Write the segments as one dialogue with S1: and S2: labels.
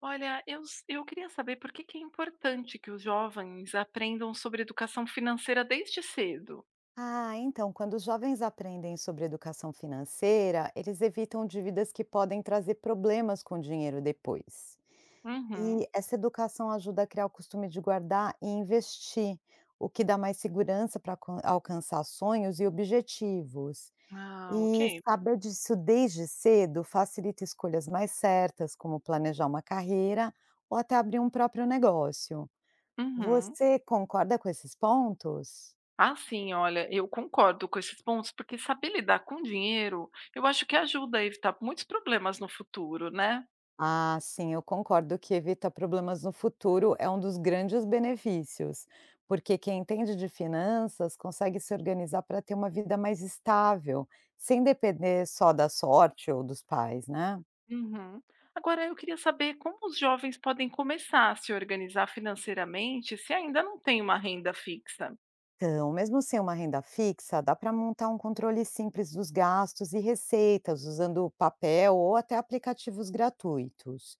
S1: Olha, eu queria saber por que que é importante que os jovens aprendam sobre educação financeira desde cedo.
S2: Ah, então, quando os jovens aprendem sobre educação financeira, eles evitam dívidas que podem trazer problemas com o dinheiro depois.
S1: Uhum.
S2: E essa educação ajuda a criar o costume de guardar e investir, o que dá mais segurança para alcançar sonhos e objetivos.
S1: Ah,
S2: E
S1: ok.
S2: saber disso desde cedo facilita escolhas mais certas, como planejar uma carreira ou até abrir um próprio negócio.
S1: Uhum.
S2: Você concorda com esses pontos?
S1: Ah, sim, olha, eu concordo com esses pontos, porque saber lidar com dinheiro, eu acho que ajuda a evitar muitos problemas no futuro, né.
S2: Ah, sim, eu concordo que evitar problemas no futuro é um dos grandes benefícios, porque quem entende de finanças consegue se organizar para ter uma vida mais estável, sem depender só da sorte ou dos pais, né?
S1: Uhum. Agora eu queria saber como os jovens podem começar a se organizar financeiramente se ainda não têm uma renda fixa?
S2: Então, mesmo sem uma renda fixa, dá para montar um controle simples dos gastos e receitas, usando papel ou até aplicativos gratuitos.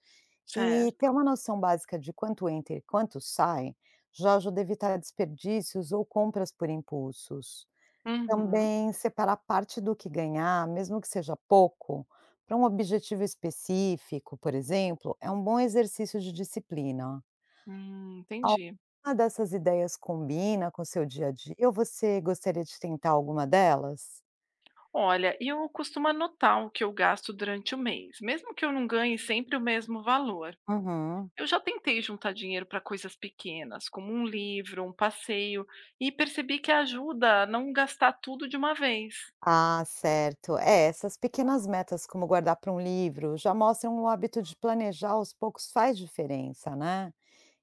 S2: E ter
S1: Certo.
S2: uma noção básica de quanto entra e quanto sai já ajuda a evitar desperdícios ou compras por impulsos.
S1: Uhum.
S2: Também separar parte do que ganhar, mesmo que seja pouco, para um objetivo específico, por exemplo, é um bom exercício de disciplina.
S1: Entendi.
S2: Alguma dessas ideias combina com o seu dia a dia ou você gostaria de tentar alguma delas?
S1: Olha, eu costumo anotar o que eu gasto durante o mês, mesmo que eu não ganhe sempre o mesmo valor.
S2: Uhum.
S1: Eu já tentei juntar dinheiro para coisas pequenas, como um livro, um passeio, e percebi que ajuda a não gastar tudo de uma vez.
S2: Ah, certo. É, essas pequenas metas, como guardar para um livro, já mostram o hábito de planejar aos poucos faz diferença, né?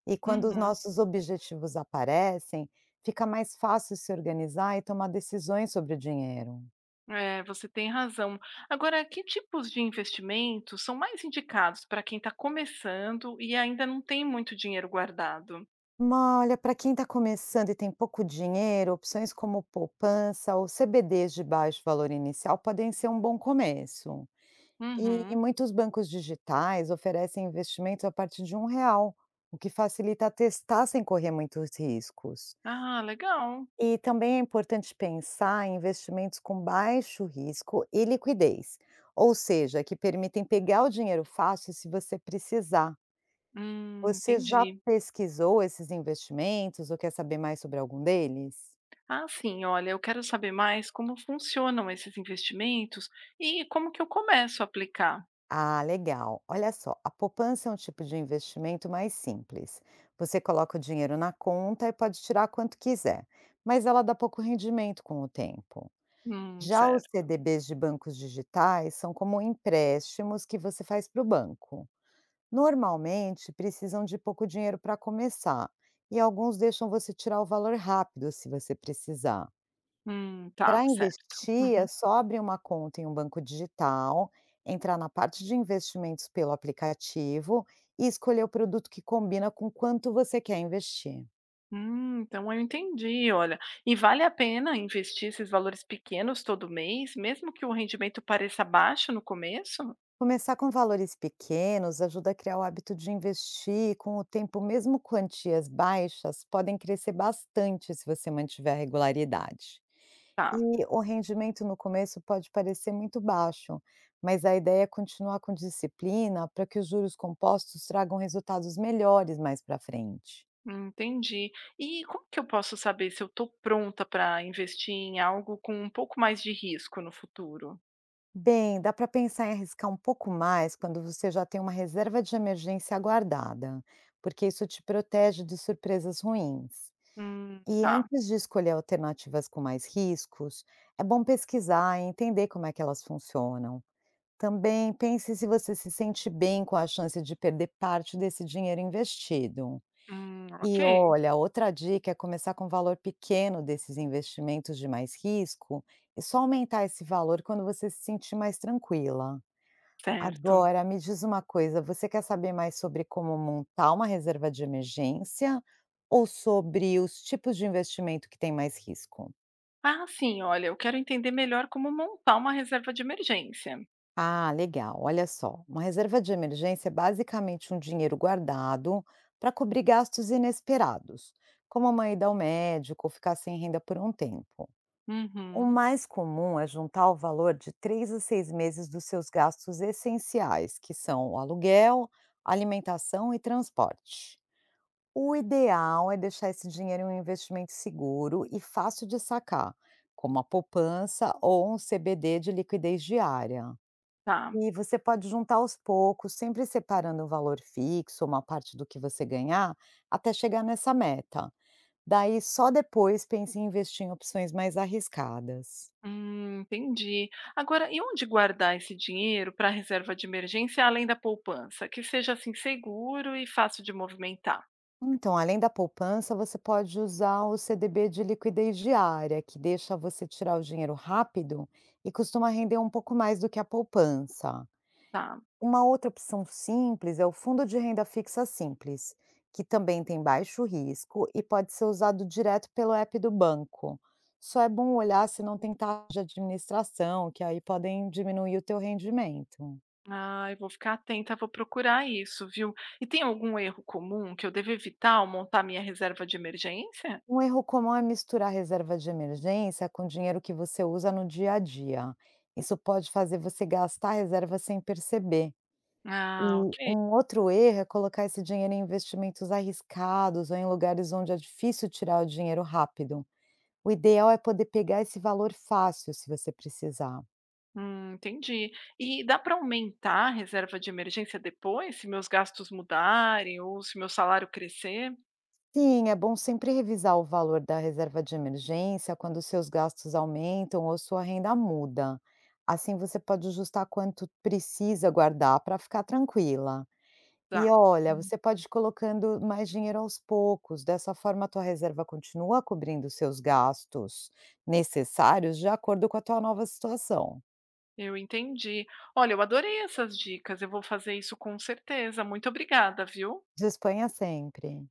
S2: E quando os
S1: Uhum.
S2: nossos objetivos aparecem, fica mais fácil se organizar e tomar decisões sobre o dinheiro.
S1: É, você tem razão. Agora, que tipos de investimentos são mais indicados para quem está começando e ainda não tem muito dinheiro guardado?
S2: Ma olha, para quem está começando e tem pouco dinheiro, opções como poupança ou CBDs de baixo valor inicial podem ser um bom começo. E
S1: Uhum.
S2: muitos bancos digitais oferecem investimentos a partir de um real, o que facilita testar sem correr muitos riscos.
S1: Ah, legal.
S2: E também é importante pensar em investimentos com baixo risco e liquidez, ou seja, que permitem pegar o dinheiro fácil se você precisar. Você já
S1: Entendi.
S2: pesquisou esses investimentos ou quer saber mais sobre algum deles?
S1: Ah, sim, olha, eu quero saber mais como funcionam esses investimentos e como que eu começo a aplicar.
S2: Ah, legal. Olha só, a poupança é um tipo de investimento mais simples. Você coloca o dinheiro na conta e pode tirar quanto quiser, mas ela dá pouco rendimento com o tempo. Já os
S1: Certo.
S2: CDBs de bancos digitais são como empréstimos que você faz para o banco. Normalmente precisam de pouco dinheiro para começar, e alguns deixam você tirar o valor rápido se você precisar.
S1: Tá,
S2: Para
S1: certo.
S2: investir,
S1: Uhum.
S2: é só abrir uma conta em um banco digital, entrar na parte de investimentos pelo aplicativo e escolher o produto que combina com quanto você quer investir.
S1: Então eu entendi, olha. E vale a pena investir esses valores pequenos todo mês, mesmo que o rendimento pareça baixo no começo?
S2: Começar com valores pequenos ajuda a criar o hábito de investir, e com o tempo, mesmo quantias baixas podem crescer bastante se você mantiver a regularidade.
S1: Tá,
S2: E o rendimento no começo pode parecer muito baixo, mas a ideia é continuar com disciplina para que os juros compostos tragam resultados melhores mais para frente.
S1: entendi. E como que eu posso saber se eu estou pronta para investir em algo com um pouco mais de risco no futuro?
S2: Bem, dá para pensar em arriscar um pouco mais quando você já tem uma reserva de emergência guardada, porque isso te protege de surpresas ruins. E
S1: Tá.
S2: antes de escolher alternativas com mais riscos, é bom pesquisar e entender como é que elas funcionam. Também pense se você se sente bem com a chance de perder parte desse dinheiro investido.
S1: Ok,
S2: E olha, outra dica é começar com um valor pequeno desses investimentos de mais risco e só aumentar esse valor quando você se sentir mais tranquila.
S1: certo.
S2: Agora me diz uma coisa, você quer saber mais sobre como montar uma reserva de emergência ou sobre os tipos de investimento que tem mais risco?
S1: Ah, sim, olha, eu quero entender melhor como montar uma reserva de emergência.
S2: Ah, legal. Olha só, uma reserva de emergência é basicamente um dinheiro guardado para cobrir gastos inesperados, como uma ida ao médico ou ficar sem renda por um tempo. O
S1: Uhum.
S2: mais comum é juntar o valor de três a seis meses dos seus gastos essenciais, que são o aluguel, alimentação e transporte. O ideal é deixar esse dinheiro em um investimento seguro e fácil de sacar, como a poupança ou um CBD de liquidez diária.
S1: Tá.
S2: E você pode juntar aos poucos, sempre separando um valor fixo, uma parte do que você ganhar, até chegar nessa meta. Daí, só depois pense em investir em opções mais arriscadas.
S1: Entendi. Agora, e onde guardar esse dinheiro para reserva de emergência além da poupança? Que seja assim seguro e fácil de movimentar.
S2: Então, além da poupança, você pode usar o CDB de liquidez diária, que deixa você tirar o dinheiro rápido e costuma render um pouco mais do que a poupança.
S1: Tá.
S2: Uma outra opção simples é o fundo de renda fixa simples, que também tem baixo risco e pode ser usado direto pelo app do banco. Só é bom olhar se não tem taxa de administração, que aí podem diminuir o teu rendimento.
S1: Ah, eu vou ficar atenta, vou procurar isso, viu? E tem algum erro comum que eu devo evitar ao montar minha reserva de emergência?
S2: Um erro comum é misturar reserva de emergência com dinheiro que você usa no dia a dia. Isso pode fazer você gastar a reserva sem perceber. E
S1: Ah, ok.
S2: um outro erro é colocar esse dinheiro em investimentos arriscados ou em lugares onde é difícil tirar o dinheiro rápido. O ideal é poder pegar esse valor fácil, se você precisar.
S1: Entendi. E dá para aumentar a reserva de emergência depois, se meus gastos mudarem ou se meu salário crescer?
S2: Sim, é bom sempre revisar o valor da reserva de emergência quando seus gastos aumentam ou sua renda muda. Assim você pode ajustar quanto precisa guardar para ficar tranquila. E
S1: Dá.
S2: olha, você
S1: Uhum.
S2: pode ir colocando mais dinheiro aos poucos, dessa forma a tua reserva continua cobrindo seus gastos necessários de acordo com a tua nova situação.
S1: Eu entendi. Olha, eu adorei essas dicas. Eu vou fazer isso com certeza. Muito obrigada, viu?
S2: Disponha sempre.